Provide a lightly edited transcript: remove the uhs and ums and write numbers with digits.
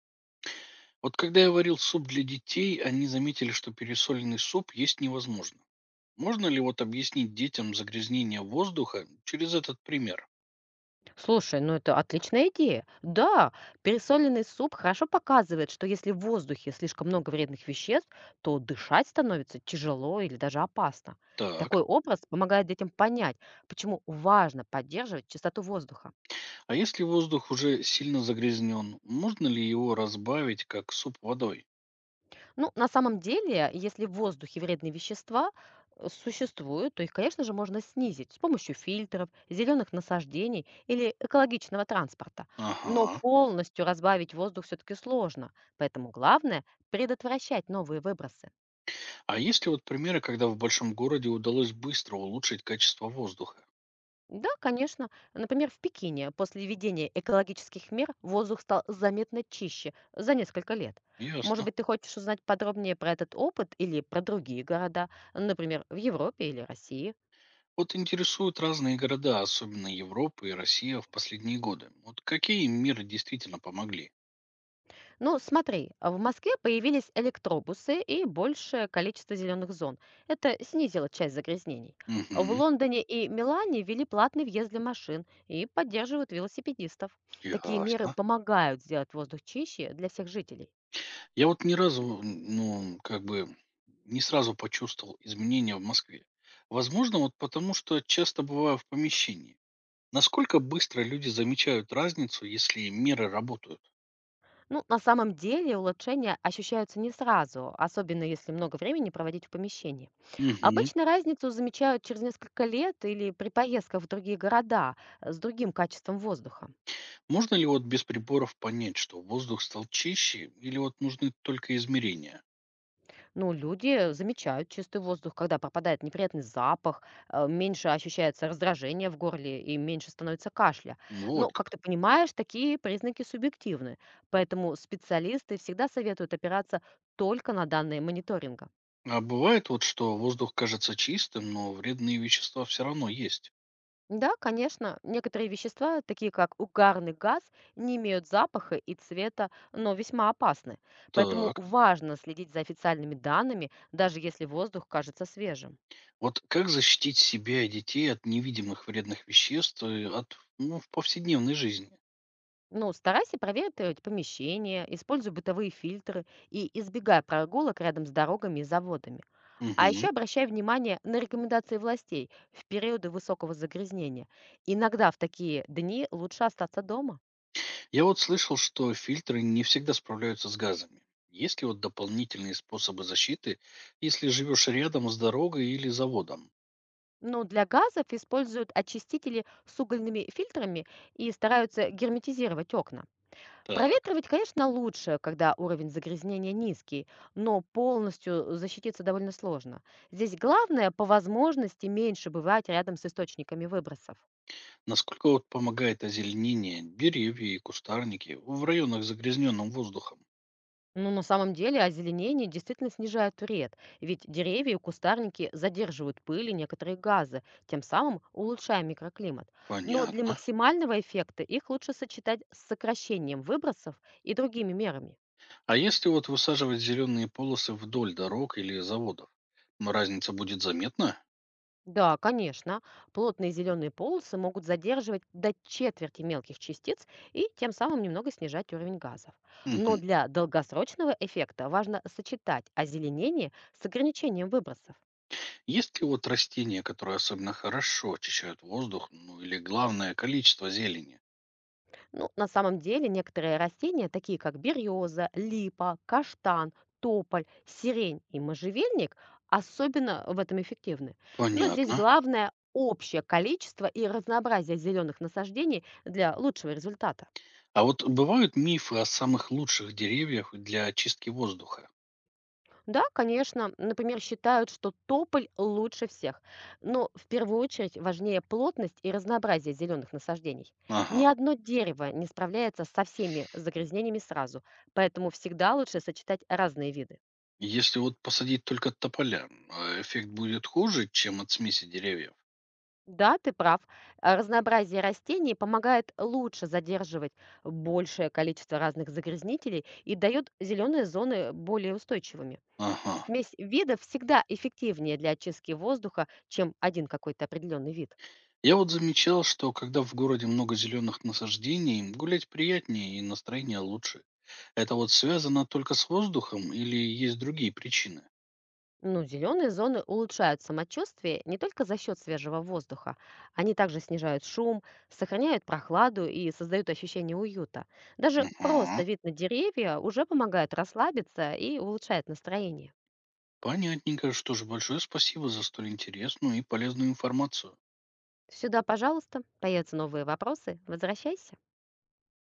Вот когда я варил суп для детей, они заметили, что пересоленный суп есть невозможно. Можно ли вот объяснить детям загрязнение воздуха через этот пример? Слушай, ну это отличная идея. Да, пересоленный суп хорошо показывает, что если в воздухе слишком много вредных веществ, то дышать становится тяжело или даже опасно. Так, Такой образ помогает детям понять, почему важно поддерживать чистоту воздуха. а если воздух уже сильно загрязнен, можно ли его разбавить как суп водой? Ну, на самом деле, если в воздухе вредные вещества существуют, то их, конечно же, можно снизить с помощью фильтров, зеленых насаждений или экологичного транспорта. Но Ага. полностью разбавить воздух все-таки сложно, поэтому главное – предотвращать новые выбросы. А есть ли вот примеры, когда в большом городе удалось быстро улучшить качество воздуха? Да, конечно. Например, в Пекине после введения экологических мер воздух стал заметно чище за несколько лет. Может Ясно. быть, ты хочешь узнать подробнее про этот опыт или про другие города, например, в Европе или России? Вот интересуют разные города, особенно Европа и Россия в последние годы. Вот какие им меры действительно помогли? Ну, смотри, а в Москве появились электробусы и большее количество зеленых зон. Это снизило часть загрязнений. А в Угу, Лондоне и Милане ввели платный въезд для машин и поддерживают велосипедистов. Такие меры ясно. помогают сделать воздух чище для всех жителей. Я вот ни разу, ну, как бы не сразу почувствовал изменения в Москве. Возможно, вот потому что часто бываю в помещении. Насколько быстро люди замечают разницу, если меры работают? Ну, на самом деле улучшения ощущаются не сразу, особенно если много времени проводить в помещении. Мгм. Обычно разницу замечают через несколько лет или при поездках в другие города с другим качеством воздуха. Можно ли вот без приборов понять, что воздух стал чище, или вот нужны только измерения? Ну, люди замечают чистый воздух, когда пропадает неприятный запах, меньше ощущается раздражение в горле и меньше становится кашля. Ну, вот Но, как как. ты понимаешь, такие признаки субъективны, поэтому специалисты всегда советуют опираться только на данные мониторинга. А бывает вот, что воздух кажется чистым, но вредные вещества все равно есть. Да, конечно, некоторые вещества, такие как угарный газ, не имеют запаха и цвета, но весьма опасны. Поэтому Так. важно следить за официальными данными, даже если воздух кажется свежим. Вот как защитить себя и детей от невидимых вредных веществ и от, ну, в повседневной жизни? Ну, старайся проветривать помещение, используй бытовые фильтры и избегай прогулок рядом с дорогами и заводами. А Мгм. еще обращай внимание на рекомендации властей в периоды высокого загрязнения. Иногда в такие дни лучше остаться дома. Я вот слышал, что фильтры не всегда справляются с газами. Есть ли вот дополнительные способы защиты, если живешь рядом с дорогой или заводом? Но для газов используют очистители с угольными фильтрами и стараются герметизировать окна. Так. Проветривать, конечно, лучше, когда уровень загрязнения низкий, но полностью защититься довольно сложно. Здесь главное по возможности меньше бывать рядом с источниками выбросов. Насколько вот помогает озеленение деревья и кустарники в районах с загрязненным воздухом? Но на самом деле озеленение действительно снижает вред, ведь деревья и кустарники задерживают пыль и некоторые газы, тем самым улучшая микроклимат. Но для Понятно. максимального эффекта их лучше сочетать с сокращением выбросов и другими мерами. А если вот высаживать зеленые полосы вдоль дорог или заводов, разница будет заметна? Да, конечно. Плотные зеленые полосы могут задерживать до четверти мелких частиц и тем самым немного снижать уровень газов. Но для долгосрочного эффекта важно сочетать озеленение с ограничением выбросов. Есть ли вот растения, которые особенно хорошо очищают воздух, ну или главное количество зелени? Ну, на самом деле некоторые растения, такие как береза, липа, каштан, тополь, сирень и можжевельник, особенно в этом эффективны. Но здесь Понятно. главное – общее количество и разнообразие зеленых насаждений для лучшего результата. А вот бывают мифы о самых лучших деревьях для очистки воздуха? Да, конечно, например, считают, что тополь лучше всех, но в первую очередь важнее плотность и разнообразие зеленых насаждений. Ни Ага. одно дерево не справляется со всеми загрязнениями сразу, поэтому всегда лучше сочетать разные виды. Если вот посадить только тополя, а эффект будет хуже, чем от смеси деревьев? Да, ты прав, а разнообразие растений помогает лучше задерживать большее количество разных загрязнителей и дает зеленые зоны более устойчивыми. Ага. Смесь видов всегда эффективнее для очистки воздуха, чем один какой-то определенный вид. Я вот замечал, что когда в городе много зеленых насаждений, гулять приятнее и настроение лучше. Это вот связано только с воздухом или есть другие причины? Ну, зеленые зоны улучшают самочувствие не только за счет свежего воздуха. Они также снижают шум, сохраняют прохладу и создают ощущение уюта. Даже Ага. просто вид на деревья уже помогает расслабиться и улучшает настроение. Понятненько. Что же большое спасибо за столь интересную и полезную информацию. Сюда, пожалуйста, появятся новые вопросы. Возвращайся.